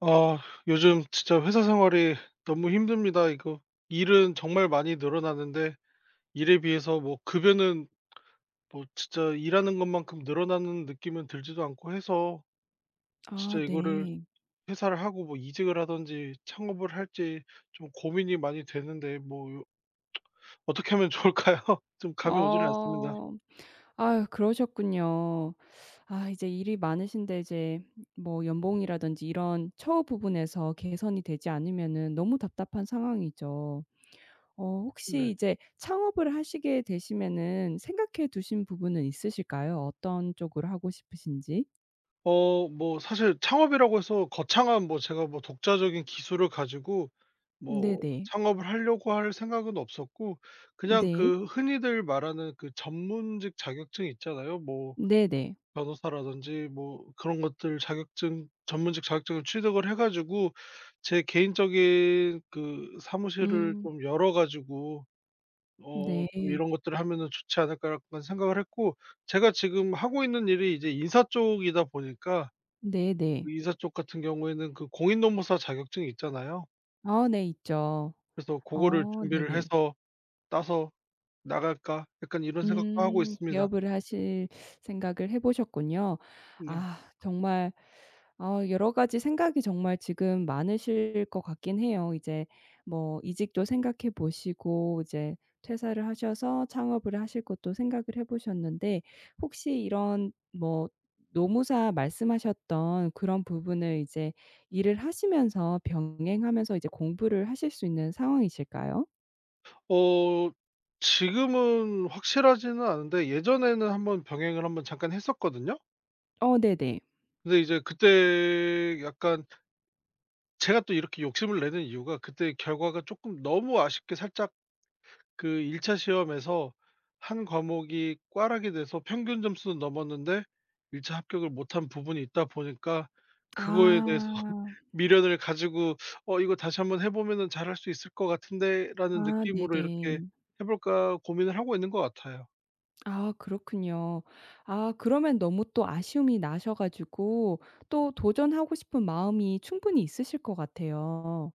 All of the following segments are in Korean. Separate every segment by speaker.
Speaker 1: 아, 요즘 진짜 회사 생활이 너무 힘듭니다. 이거 일은 정말 많이 늘어나는데 일에 비해서 뭐 급여는 뭐 진짜 일하는 것만큼 늘어나는 느낌은 들지도 않고 해서
Speaker 2: 아
Speaker 1: 진짜 이거를
Speaker 2: 네.
Speaker 1: 회사를 하고 뭐 이직을 하든지 창업을 할지 좀 고민이 많이 되는데 뭐 요 어떻게 하면 좋을까요? 좀 감이 오질 않습니다.
Speaker 2: 어. 아유 그러셨군요. 아 이제 일이 많으신데 이제 뭐 연봉이라든지 이런 처우 부분에서 개선이 되지 않으면은 너무 답답한 상황이죠. 어 혹시
Speaker 1: 네.
Speaker 2: 이제 창업을 하시게 되시면은 생각해 두신 부분은 있으실까요? 어떤 쪽으로 하고 싶으신지?
Speaker 1: 어 뭐 사실 창업이라고 해서 거창한 뭐 제가 뭐 독자적인 기술을 가지고 뭐
Speaker 2: 네네.
Speaker 1: 창업을 하려고 할 생각은 없었고, 그냥
Speaker 2: 네.
Speaker 1: 그 흔히들 말하는 그 전문직 자격증 있잖아요. 뭐
Speaker 2: 네네.
Speaker 1: 변호사라든지 뭐 그런 것들 자격증 전문직 자격증을 취득을 해 가지고 제 개인적인 그 사무실을
Speaker 2: 음.
Speaker 1: 좀 열어 가지고 어
Speaker 2: 네.
Speaker 1: 좀 '이런 것들을 하면은 좋지 않을까.' 약간 생각을 했고, 제가 지금 하고 있는 일이 이제 인사 쪽이다 보니까
Speaker 2: 네네.
Speaker 1: 의사 쪽 같은 경우에는 그 공인노무사 자격증이 있잖아요.
Speaker 2: 아 네 있죠.
Speaker 1: 그래서 고거를
Speaker 2: 어
Speaker 1: 준비를
Speaker 2: 네네.
Speaker 1: 해서 따서 나갈까 약간 이런 생각도 하고
Speaker 2: 음.
Speaker 1: 있습니다.
Speaker 2: 개업을 하실 생각을 해 보셨군요.
Speaker 1: 네.
Speaker 2: 아 정말 어, 여러 가지 생각이 정말 지금 많으실 것 같긴 해요. 이제 뭐 이직도 생각해 보시고 이제 퇴사를 하셔서 창업을 하실 것도 생각을 해 보셨는데 혹시 이런 뭐 노무사 말씀하셨던 그런 부분을 이제 일을 하시면서 병행하면서 이제 공부를 하실 수 있는 상황이실까요?
Speaker 1: 어 지금은 확실하지는 않은데 예전에는 한번 병행을 한번 잠깐 했었거든요.
Speaker 2: 어 네네.
Speaker 1: 근데 이제 그때 약간 제가 또 이렇게 욕심을 내는 이유가, 그때 결과가 쪼끔 너무 아쉽게 살짝 그 1 차 시험에서 한 과목이 꽈락이 돼서 평균 점수는 넘었는데 1차 합격을 못한 부분이 있다 보니까 그거에 대해서
Speaker 2: 아.
Speaker 1: 미련을 가지고 '어 이거 다시 한번 해 보면은 잘할 수 있을 것 같은데.'라는
Speaker 2: 아
Speaker 1: 느낌으로 이렇게
Speaker 2: 네네.
Speaker 1: 해 볼까 고민을 하고 있는 것 같아요.
Speaker 2: 아 그렇군요. 아 그러면 너무 또 아쉬움이 나셔 가지고 또 도전하고 싶은 마음이 충분히 있으실 것 같아요.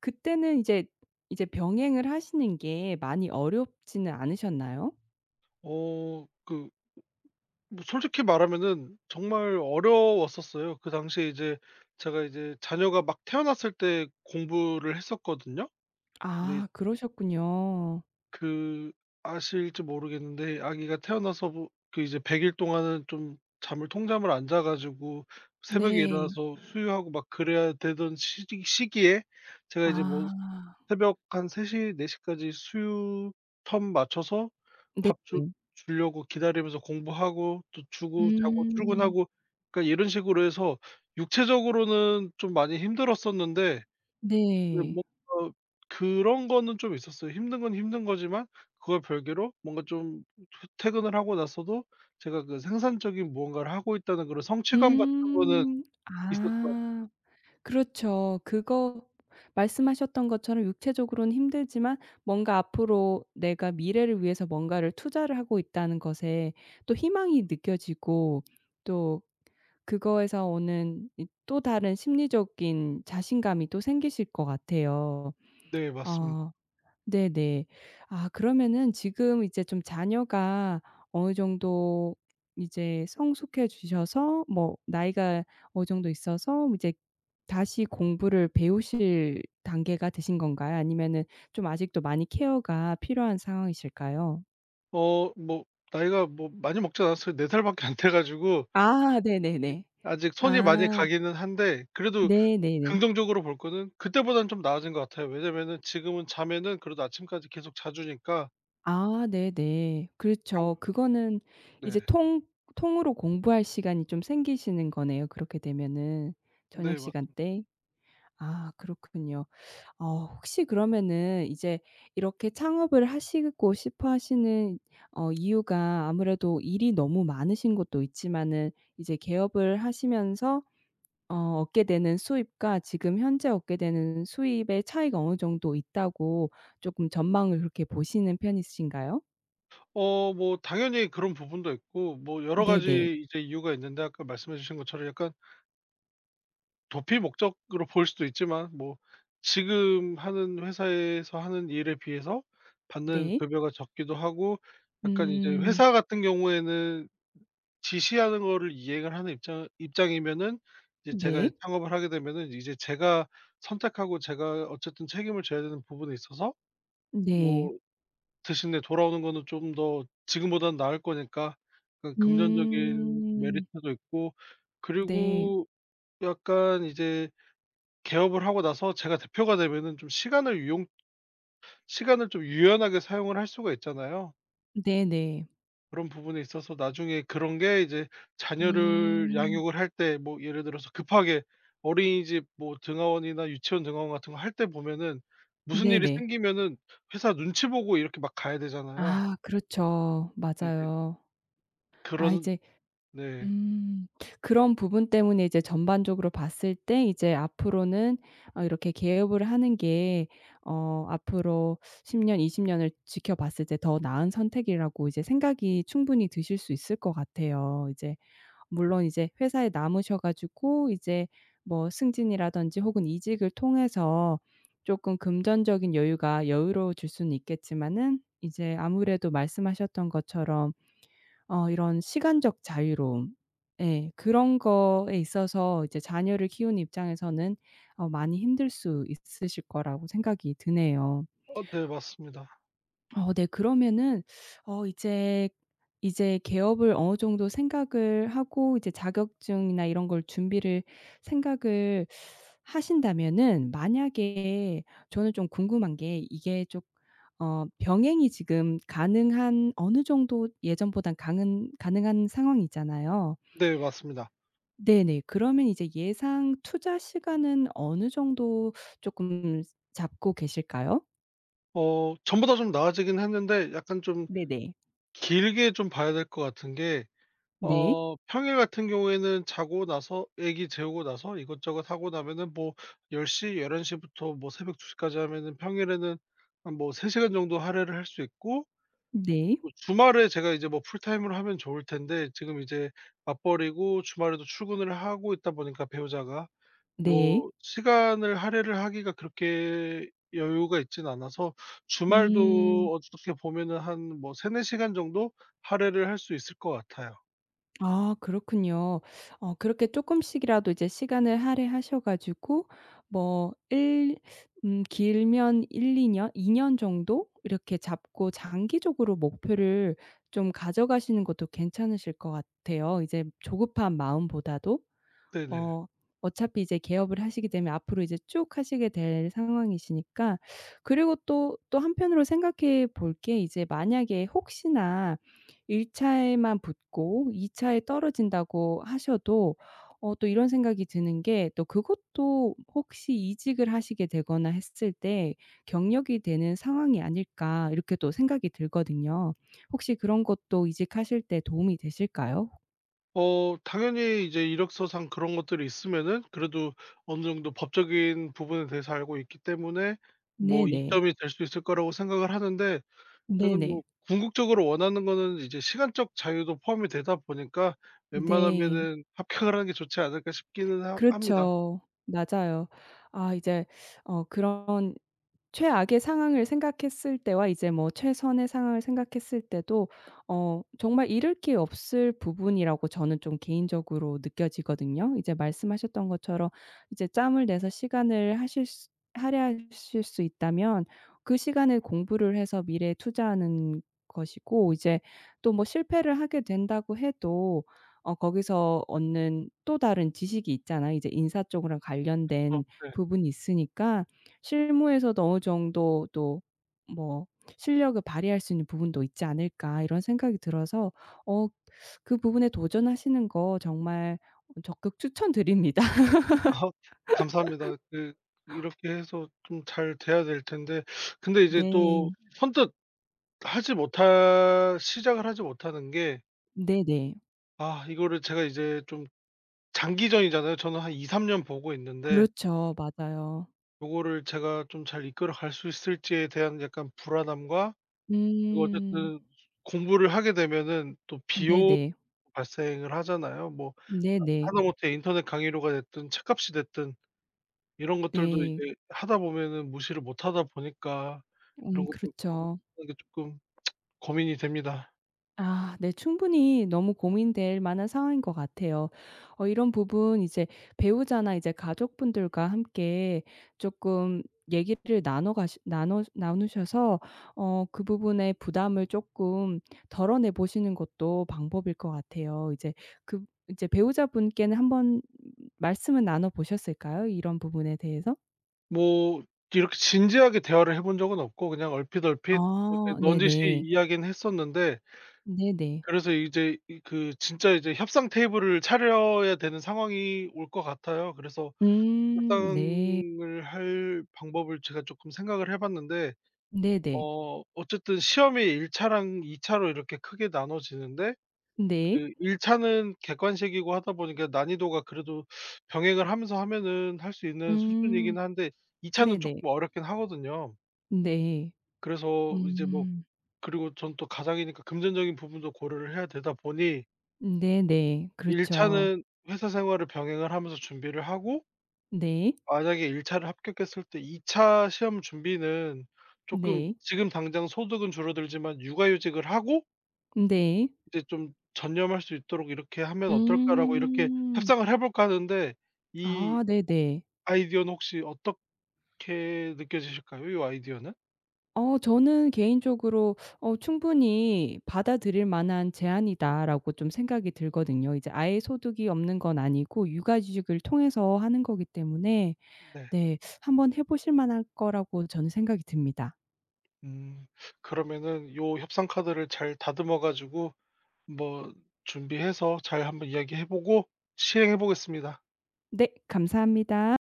Speaker 2: 그때는 이제 병행을 하시는 게 많이 어렵지는 않으셨나요?
Speaker 1: 어 그 뭐 솔직히 말하면은 정말 어려웠었어요. 그 당시에 이제 제가 이제 자녀가 막 태어났을 때 공부를 했었거든요. 근데
Speaker 2: 아 그러셨군요.
Speaker 1: 그 아실지 모르겠는데 아기가 태어나서 부 그 이제 100일 동안은 좀 잠을 통잠을 안 자 가지고 새벽에
Speaker 2: 네.
Speaker 1: 일어나서 수유하고 막 그래야 되던 시기에 제가 이제 뭐
Speaker 2: 아
Speaker 1: 새벽 한3시4시까지 수유 텀 맞춰서 밥 주
Speaker 2: 네네.
Speaker 1: 주려고 기다리면서 공부하고 또 주고 자고
Speaker 2: 음.
Speaker 1: 출근하고, 그러니까 이런 식으로 해서 육체적으로는 좀 많이 힘들었었는데 그
Speaker 2: 네.
Speaker 1: 뭔가 그런 거는 좀 있었어요. 힘든 건 힘든 거지만 그걸 별개로 뭔가 좀 퇴 퇴근을 하고 나서도 제가 그 생산적인 무언가를 하고 있다는 그런 성취감 같은 거는
Speaker 2: 음.
Speaker 1: 있었죠.
Speaker 2: 아. 그렇죠. 그거 말씀하셨던 것처럼 육체적으로는 힘들지만 뭔가 앞으로 내가 미래를 위해서 뭔가를 투자를 하고 있다는 것에 또 희망이 느껴지고 또 그거에서 오는 이 또 다른 심리적인 자신감이 또 생기실 것 같아요.
Speaker 1: 네, 맞습니다.
Speaker 2: 어. 네네. 아 그러면은 지금 이제 좀 자녀가 어느 정도 이제 성숙해지셔서 뭐 나이가 어느 정도 있어서 이제 다시 공부를 배우실 단계가 되신 건가요? 아니면은 좀 아직도 많이 케어가 필요한 상황이실까요?
Speaker 1: 어 뭐 나이가 뭐 많이 먹지 않았어요. 4 살밖에 안 돼 가지고
Speaker 2: 아 네네네.
Speaker 1: 아직 손이 많이
Speaker 2: 아
Speaker 1: 가기는 한데, 그래도
Speaker 2: 네네네.
Speaker 1: 긍정적으로 볼 거는 그때보다는 좀 나아진 것 같아요. 왜냐면은 지금은 자면은 그래도 아침까지 계속 자주니까.
Speaker 2: 아 네네.
Speaker 1: 자고.
Speaker 2: 그렇죠. 그거는
Speaker 1: 네.
Speaker 2: 이제 통 통으로 공부할 시간이 좀 생기시는 거네요, 그렇게 되면은 저녁
Speaker 1: 네 맞습
Speaker 2: 시간
Speaker 1: 니다.
Speaker 2: 때. 아 그렇군요. 어 혹시 그러면은 이제 이렇게 창업을 하시고 싶어 하시는 어 이유가 아무래도 일이 너무 많으신 것도 있지만은 이제 개업을 하시면서 어 얻게 되는 수입과 지금 현재 얻게 되는 수입의 차이가 어느 정도 있다고 조금 전망을 그렇게 보시는 편이신가요?
Speaker 1: 어 뭐 당연히 그런 부분도 있고 뭐 여러
Speaker 2: 네네.
Speaker 1: 가지 이제 이유가 있는데 아까 말씀해 주신 것처럼 약간 도피 목적으로 볼 수도 있지만 뭐 지금 하는 회사에서 하는 일에 비해서 받는
Speaker 2: 네.
Speaker 1: 급여가 적기도 하고, 약간 이제
Speaker 2: 음.
Speaker 1: 회사 같은 경우에는 지시하는 거를 이행을 하는 입장이면은 이제 제가
Speaker 2: 네.
Speaker 1: 창업을 하게 되면은 이제 제가 선택하고 제가 어쨌든 책임을 져야 되는 부분에 있어서,
Speaker 2: 네.
Speaker 1: 뭐 대신에 돌아오는 거는 좀 더 지금보다는 나을 거니까 약간 금전적인
Speaker 2: 음.
Speaker 1: 메리트도 있고,
Speaker 2: 네.
Speaker 1: 그리고 약간 이제 개업을 하고 나서 제가 대표가 되면은 좀 시간을 좀 유연하게 사용을 할 수가 있잖아요.
Speaker 2: 네네.
Speaker 1: 그런 부분에 있어서 나중에 그런 게 이제 자녀를
Speaker 2: 음.
Speaker 1: 양육을 할 때 뭐 예를 들어서 급하게 어린이집 뭐 등하원이나 유치원 등하원 같은 거 할 때 보면은 무슨 일이
Speaker 2: 네네.
Speaker 1: 생기면은 회사 눈치 보고 이렇게 막 가야 되잖아요.
Speaker 2: 아 그렇죠.
Speaker 1: 이제
Speaker 2: 맞아요. 아
Speaker 1: 그런.
Speaker 2: 이제
Speaker 1: 네.
Speaker 2: 음 그런 부분 때문에 이제 전반적으로 봤을 때 이제 앞으로는 어 이렇게 개업을 하는 게 어 앞으로 10 년, 20 년을 지켜봤을 때 더 나은 선택이라고 이제 생각이 충분히 드실 수 있을 것 같아요. 이제 물론 이제 회사에 남으셔 가지고 이제 뭐 승진이라든지 혹은 이직을 통해서 조금 금전적인 여유가 여유로워질 수는 있겠지만은 이제 아무래도 말씀하셨던 것처럼 어 이런 시간적 자유로움 예 그런 거에 있어서 이제 자녀를 키우는 입장에서는 어 많이 힘들 수 있으실 거라고 생각이 드네요.
Speaker 1: 어 네, 맞습니다.
Speaker 2: 어 네. 그러면은 어 이제 개업을 어느 정도 생각을 하고 이제 자격증이나 이런 걸 준비를 생각을 하신다면은 만약에 저는 좀 궁금한 게 이게 좀 어 병행이 지금 가능한 어느 정도 예전보단 가능한 상황이잖아요.
Speaker 1: 네 맞습니다.
Speaker 2: 네네. 그러면 이제 예상 투자 시간은 어느 정도 조금 잡고 계실까요?
Speaker 1: 어 전보다 좀 나아지긴 했는데 약간 좀
Speaker 2: 네 네.
Speaker 1: 길게 좀 봐야 될 것 같은 게,
Speaker 2: 네.
Speaker 1: 어 평일 같은 경우에는 자고 나서 애기 재우고 나서 이것저것 하고 나면은 뭐 1 0 열한 1 1 부터 뭐 새벽 2시 까지 하면은 평일에는 한 뭐 3 시간 정도 할애를 할 수 있고,
Speaker 2: 네.
Speaker 1: 뭐 주말에 제가 이제 뭐 풀타임으로 하면 좋을 텐데 지금 이제 맞벌이고 주말에도 출근을 하고 있다 보니까 배우자가
Speaker 2: 네.
Speaker 1: 뭐 시간을 할애를 하기가 그렇게 여유가 있진 않아서
Speaker 2: 음.
Speaker 1: 주말도 어떻게 보면은 한 뭐 3-4 시간 정도 할애를 할 수 있을 것 같아요.
Speaker 2: 아 그렇군요. 어 그렇게 조금씩이라도 이제 시간을 할애하셔 가지고 뭐 일 길면 1이년2 년 정도 이렇게 잡고 장기적으로 목표를 좀 가져가시는 것도 괜찮으실 것 같아요. 이제 조급한 마음보다도.
Speaker 1: 네네.
Speaker 2: 어 어차피 이제 개업을 하시게 되면 앞으로 이제 쭉 하시게 될 상황이시니까 그리고 또 한편으로 생각해 볼게 이제 만약에 혹시나 1 차에만 붙고 2 차에 떨어진다고 하셔도 어 또 이런 생각이 드는 게 또 그것도 혹시 이직을 하시게 되거나 했을 때 경력이 되는 상황이 아닐까 이렇게 또 생각이 들거든요. 혹시 그런 것도 이직하실 때 도움이 되실까요?
Speaker 1: 어 당연히 이제 이력서상 그런 것들이 있으면은 그래도 어느 정도 법적인 부분에 대해서 알고 있기 때문에 뭐
Speaker 2: 네네.
Speaker 1: 이점이 될 수 있을 거라고 생각을 하는데, 저는 뭐
Speaker 2: 네네.
Speaker 1: 궁극적으로 원하는 거는 이제 시간적 자유도 포함이 되다 보니까
Speaker 2: 네.
Speaker 1: 웬만하면은 합격을 하는 게 좋지 않을까 싶기는 하 합니다.
Speaker 2: 그렇죠. 맞아요. 아 이제 어 그런 최악의 상황을 생각했을 때와 이제 뭐 최선의 상황을 생각했을 때도 어 정말 잃을 게 없을 부분이라고 저는 좀 개인적으로 느껴지거든요. 이제 말씀하셨던 것처럼 이제 짬을 내서 시간을 하실 수 할애하실 수 있다면 그 시간을 공부를 해서 미래에 투자하는 것이고 이제 또 뭐 실패를 하게 된다고 해도 어 거기서 얻는 또 다른 지식이 있잖아요. 이제 인사 쪽이랑
Speaker 1: 그래서
Speaker 2: 관련된
Speaker 1: 네.
Speaker 2: 부분이 있으니까 실무에서도 어느 정도 또 뭐 실력을 발휘할 수 있는 부분도 있지 않을까 이런 생각이 들어서 어 그 부분에 도전하시는 거 정말 적극 추천드립니다.
Speaker 1: 아, 감사합니다. 그 이렇게 해서 좀 잘 돼야 될 텐데 근데 이제 또
Speaker 2: 네.
Speaker 1: 선뜻 하지 못할 시작을 하지 못하는 게,
Speaker 2: 네네.
Speaker 1: 아 이거를 제가 이제 좀 장기전이잖아요. 저는 한 2-3년 보고 있는데
Speaker 2: 그렇죠. 맞아요.
Speaker 1: 요거를 제가 좀 잘 이끌어 갈 수 있을지에 대한 약간 불안함과, 그리고
Speaker 2: 음.
Speaker 1: 어쨌든 공부를 하게 되면은 또 비용
Speaker 2: 네네.
Speaker 1: 발생을 하잖아요. 뭐
Speaker 2: 네네.
Speaker 1: 하다못해 인터넷 강의료가 됐든 책값이 됐든 이런 것들도
Speaker 2: 네.
Speaker 1: 이제 하다 보면은 무시를 못하다 보니까 이런 것도
Speaker 2: 그렇죠.
Speaker 1: 하는 게 쪼끔 고민이 됩니다.
Speaker 2: 아 네. 충분히 너무 고민될 만한 상황인 것 같아요. 어 이런 부분 이제 배우자나 이제 가족분들과 함께 조금 얘기를 나눠 가시 나눠 나누셔서 어 그 부분의 부담을 조금 덜어내 보시는 것도 방법일 것 같아요. 이제 그 이제 배우자분께는 한번 말씀은 나눠 보셨을까요? 이런 부분에 대해서?
Speaker 1: 뭐 이렇게 진지하게 대화를 해본 적은 없고 그냥 얼핏얼핏 이렇게
Speaker 2: 아
Speaker 1: 넌지시
Speaker 2: 네네.
Speaker 1: 이야기는 했었는데,
Speaker 2: 네네.
Speaker 1: 그래서 이제 이 그 진짜 이제 협상 테이블을 차려야 되는 상황이 올 것 같아요. 그래서
Speaker 2: 네.
Speaker 1: 협상을 할 방법을 제가 쪼끔 생각을 해 봤는데
Speaker 2: 네네.
Speaker 1: 어 어쨌든 시험이 1 차랑 2 차로 이렇게 크게 나눠지는데,
Speaker 2: 네.
Speaker 1: 그 1 차는 객관식이고 하다 보니까 난이도가 그래도 병행을 하면서 하면은 할 수 있는
Speaker 2: 음
Speaker 1: 수준이긴 한데 2 차는
Speaker 2: 네네.
Speaker 1: 쪼끔 어렵긴 하거든요.
Speaker 2: 네.
Speaker 1: 그래서 이제 뭐,
Speaker 2: 음.
Speaker 1: 그리고 전 또 가장이니까 금전적인 부분도 고려를 해야 되다 보니
Speaker 2: 네네.
Speaker 1: 1
Speaker 2: 그렇죠.
Speaker 1: 차는 회사 생활을 병행을 하면서 준비를 하고,
Speaker 2: 네.
Speaker 1: 만약에 1 차를 합격했을 때 2차 시험 준비는 쪼끔
Speaker 2: 네.
Speaker 1: 지금 당장 소득은 줄어들지만 육아휴직을 하고
Speaker 2: 네.
Speaker 1: 이제 좀 전념할 수 있도록 '이렇게 하면 어떨까?'라고 이렇게
Speaker 2: 음.
Speaker 1: 협상을 해 볼까 하는데, 이
Speaker 2: 아 네네.
Speaker 1: 아이디어는 혹시 어떻게 느껴지실까요? 이 아이디어는?
Speaker 2: 어 저는 개인적으로 어 '충분히 받아들일 만한 제안이다.'라고 좀 생각이 들거든요. 이제 아예 소득이 없는 건 아니고 육아휴직을 통해서 하는 거기 때문에
Speaker 1: 네.
Speaker 2: 네 한번 해 보실 만할 거라고 저는 생각이 듭니다.
Speaker 1: 음. 그러면은 요 협상 카드를 잘 다듬어 가지고 뭐 준비해서 잘 한번 이야기해 보고 시행해 보겠습니다.
Speaker 2: 네 감사합니다.